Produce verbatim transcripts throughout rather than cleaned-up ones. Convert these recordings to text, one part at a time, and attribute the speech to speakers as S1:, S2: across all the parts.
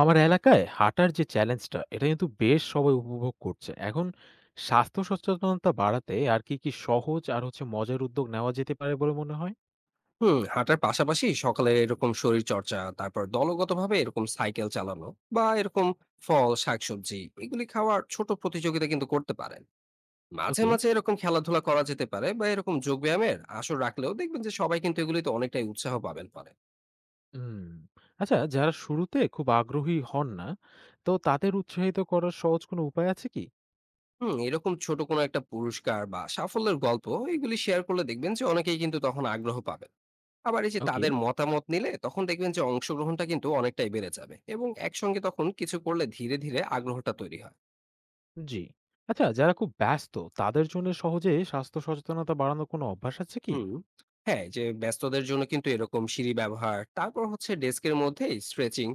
S1: আমার এলাকায় হাঁটার যে চ্যালেঞ্জটা, এটা কিন্তু বেশ সবাই উপভোগ করছে। এখন স্বাস্থ্য সচেতনতা বাড়াতে আর কি, কি সহজ আর হচ্ছে মজার উদ্যোগ নেওয়া যেতে পারে বলে মনে হয়?
S2: হুম হাঁটার পাশাপাশি সকালে এরকম শরীর চর্চা, তারপর দলগতভাবে এরকম সাইকেল চালানো বা এরকম ফল শাকসবজি এগুলি খাওয়ার ছোট প্রতিযোগিতা কিন্তু করতে পারেন। মাঝে
S1: ওকে।
S2: মাঝে এরকম খেলাধুলা করা যেতে পারে বা এরকম যোগ ব্যায়ামের আসর রাখলেও দেখবেন যে সবাই কিন্তু এগুলিতে অনেকটাই উৎসাহ পাবেন পারে।
S1: হুম। আচ্ছা, যারা শুরুতে খুব আগ্রহী হন না, তো তাদের উৎসাহিত করার সহজ কোনো উপায় আছে কি?
S2: হুম এরকম ছোট কোনো একটা পুরস্কার বা সাফল্যের গল্প এগুলি শেয়ার করলে দেখবেন যে অনেকেই কিন্তু তখন আগ্রহ পাবেন। আবার এই যে
S1: ওকে,
S2: তাদের মতামত নিলে তখন দেখবেন যে অংশগ্রহণটা কিন্তু অনেকটাই বেড়ে যাবে, এবং একসঙ্গে তখন কিছু করলে ধীরে ধীরে আগ্রহটা তৈরি হয়।
S1: জি। আচ্ছা, যারা খুব ব্যস্ত, তাদের জন্য সহজে স্বাস্থ্য সচেতনতা বাড়ানোর কোনো অভ্যাস আছে কি?
S2: হুম হ্যাঁ, এই যে ব্যস্তদের জন্য কিন্তু এরকম সিঁড়ি ব্যবহার, তারপর হচ্ছে ডেস্কের মধ্যে স্ট্রেচিং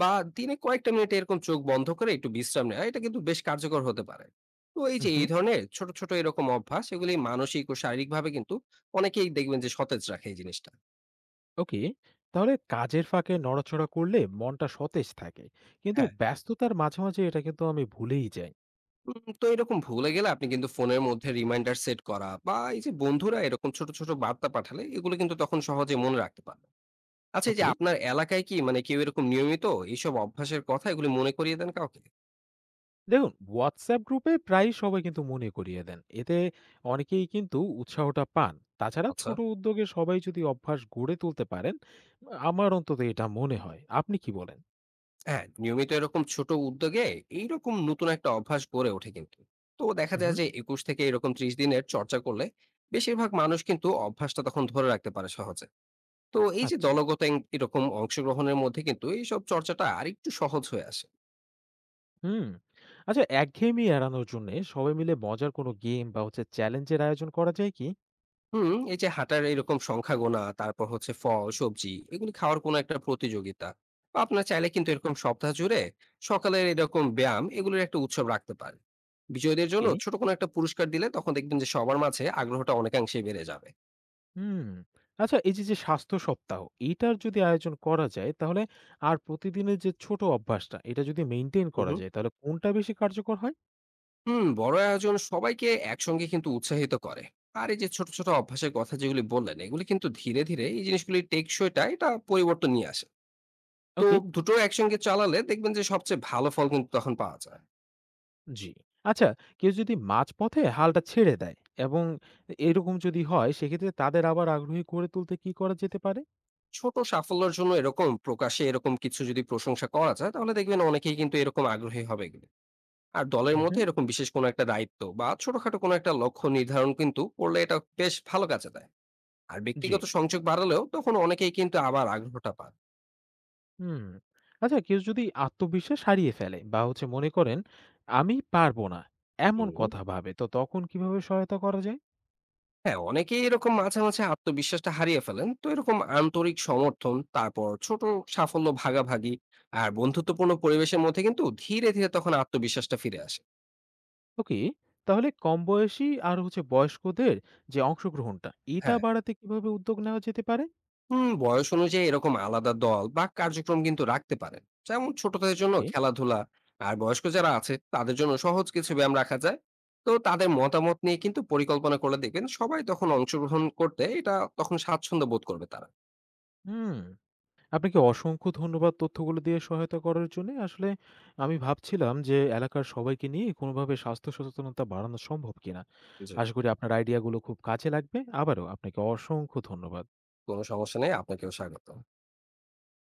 S2: বা দিনে কয়েকটা মিনিট এরকম চোখ বন্ধ করে একটু বিশ্রাম নেওয়া, এটা কিন্তু বেশ কার্যকর হতে পারে। তো এই যে
S1: উহু।
S2: এই ধরনের ছোট ছোট এরকম অভ্যাস এগুলি মানসিক ও শারীরিক ভাবে কিন্তু অনেকেই দেখবেন যে সতেজ রাখে এই জিনিসটা।
S1: ওকে, তাহলে কাজের ফাঁকে নড়াচড়া করলে মনটা সতেজ থাকে, কিন্তু
S2: হ্যাঁ।
S1: ব্যস্ততার মাঝে মাঝে এটা কিন্তু আমি ভুলেই যাই।
S2: উম, তো এরকম ভুলে গেলে আপনি কিন্তু ফোনের মধ্যে রিমাইন্ডার সেট করা বা এই যে বন্ধুরা এরকম ছোট ছোট বার্তা পাঠালে এগুলো কিন্তু তখন সহজে মনে রাখতে পারে। আচ্ছা, এই যে
S1: ওকে।
S2: আপনার এলাকায় কি মানে কেউ এরকম নিয়মিত এইসব অভ্যাসের কথা এগুলি মনে করিয়ে দেন কাউকে?
S1: দেখুন, হোয়াটসঅ্যাপ গ্রুপে প্রায় সবাই কিন্তু মনে করিয়ে দেন, এতে অনেকেই কিন্তু উৎসাহটা পান। তাছাড়া
S2: আচ্ছা।
S1: ছোট উদ্যোগে সবাই যদি অভ্যাস গড়ে তুলতে পারেন, আমার অন্তত এটা মনে হয়। আপনি কি বলেন?
S2: হ্যাঁ, নিয়মিত এরকম ছোট উদ্যোগে এইরকম নতুন একটা অভ্যাস গড়ে ওঠে কিন্তু। তো দেখা যায়
S1: হুম।
S2: যে একুশ থেকে এরকম ত্রিশ দিনের চর্চা করলে বেশিরভাগ মানুষ কিন্তু অভ্যাসটা তখন ধরে রাখতে পারে সহজে। তো এই যে
S1: আচ্ছা।
S2: দলগত এং এরকম অংশগ্রহণের মধ্যে কিন্তু এইসব চর্চাটা আরেকটু সহজ হয়ে আসে।
S1: হুম। আচ্ছা, একঘেয়েমি এড়ানোর জন্য সবাই মিলে মজার কোনো গেম বা হচ্ছে চ্যালেঞ্জের আয়োজন করা যায় কি?
S2: হুম, এই যে হাঁটার এরকম সংখ্যা গোনা, তারপর হচ্ছে ফল, সবজি এগুলি খাওয়ার কোনো একটা প্রতিযোগিতা। বা আপনার চাইলে কিন্তু এরকম সপ্তাহ জুড়ে সকালের এরকম ব্যায়াম এগুলোর একটা উৎসব রাখতে পারেন। বিজয়ীদের জন্য
S1: ওকে।
S2: ছোট কোনো একটা পুরস্কার দিলে তখন দেখবেন যে সবার মাঝে আগ্রহটা অনেকাংশেই বেড়ে যাবে।
S1: হুম। আচ্ছা, এই যে, যে স্বাস্থ্য সপ্তাহ, এইটার যদি আয়োজন করা যায় তাহলে, আর প্রতিদিনের যে ছোট অভ্যাসটা, এটা যদি মেইনটেইন
S2: হুম,
S1: করা
S2: হুম।
S1: যায় তাহলে কোনটা বেশি কার্যকর হয়?
S2: হুম, বড় আয়োজন সবাইকে একসঙ্গে কিন্তু উৎসাহিত করে। আর এই যে ছোট, ছোট অভ্যাসের কথা যেগুলি বললেন, এগুলি কিন্তু ধীরে, ধীরে এই জিনিসগুলির টেকসইটা এটা পরিবর্তন নিয়ে আসে। তো
S1: ওকে,
S2: দুটো একসঙ্গে চালালে দেখবেন যে সবচেয়ে ভালো ফল কিন্তু তখন পাওয়া যায়।
S1: জি। আচ্ছা, কেউ যদি মাঝপথে হালটা ছেড়ে দেয়, এবং এরকম যদি হয়, সেক্ষেত্রে তাদের আবার আগ্রহী করে তুলতে কি করা যেতে পারে?
S2: ছোট সাফল্যের জন্য এরকম প্রকাশ্যে এরকম কিছু যদি প্রশংসা করা যায় তাহলে দেখবেন অনেকেই কিন্তু এরকম আগ্রহী হবে এগুলো। আর দলের
S1: হুম,
S2: মধ্যে
S1: হুম।
S2: এরকম বিশেষ কোনো একটা দায়িত্ব বা ছোটখাটো কোনো একটা লক্ষ্য নির্ধারণ কিন্তু করলে এটা বেশ ভালো কাজে দেয়। আর
S1: জি।
S2: ব্যক্তিগত সংযোগ বাড়ালেও তখন অনেকেই কিন্তু আবার আগ্রহটা পান।
S1: হুম। আচ্ছা, কেউ যদি আত্মবিশ্বাস হারিয়ে ফেলে বা হচ্ছে মনে করেন আমি পারব না, এমন
S2: হুম।
S1: কথা ভাবে, তো তখন কিভাবে সহায়তা করা যায়?
S2: হ্যাঁ, অনেকেই এরকম মাঝে মাঝে আত্মবিশ্বাসটা হারিয়ে ফেলেন, তো এরকম আন্তরিক সমর্থন, তারপর ছোট সাফল্য ভাগাভাগি আর বন্ধুত্বপূর্ণ পরিবেশের মধ্যে কিন্তু ধীরে ধীরে তখন আত্মবিশ্বাসটা ফিরে আসে।
S1: ওকে। তাহলে কম বয়সী আর হচ্ছে বয়স্কদের যে অংশগ্রহণটা, এটা
S2: হ্যাঁ।
S1: বাড়াতে কিভাবে উদ্যোগ নেওয়া যেতে পারে?
S2: হুম বয়স অনুযায়ী এরকম আলাদা দল বা কার্যক্রম কিন্তু রাখতে পারেন, যেমন ছোটদের জন্য
S1: ওকে।
S2: খেলাধুলা আর বয়স্ক যারা আছে তাদের জন্য সহজ কিছু ব্যায়াম রাখা যায়। তো তাদের মতামত নিয়ে কিন্তু পরিকল্পনা করে দেখবেন সবাই তখন অংশগ্রহণ করতে এটা তখন স্বাচ্ছন্দ্য বোধ করবে তারা।
S1: হুম। আপনাকে অসংখ্য ধন্যবাদ তথ্যগুলো দিয়ে সহায়তা করার জন্যে। আসলে আমি ভাবছিলাম যে এলাকার সবাইকে নিয়ে কোনোভাবে স্বাস্থ্য সচেতনতা বাড়ানো সম্ভব কিনা।
S2: জি।
S1: আশা করি আপনার আইডিয়াগুলো খুব কাজে লাগবে। আবারও আপনাকে অসংখ্য ধন্যবাদ।
S2: কোনো সমস্যা নেই, আপনাকেও স্বাগত।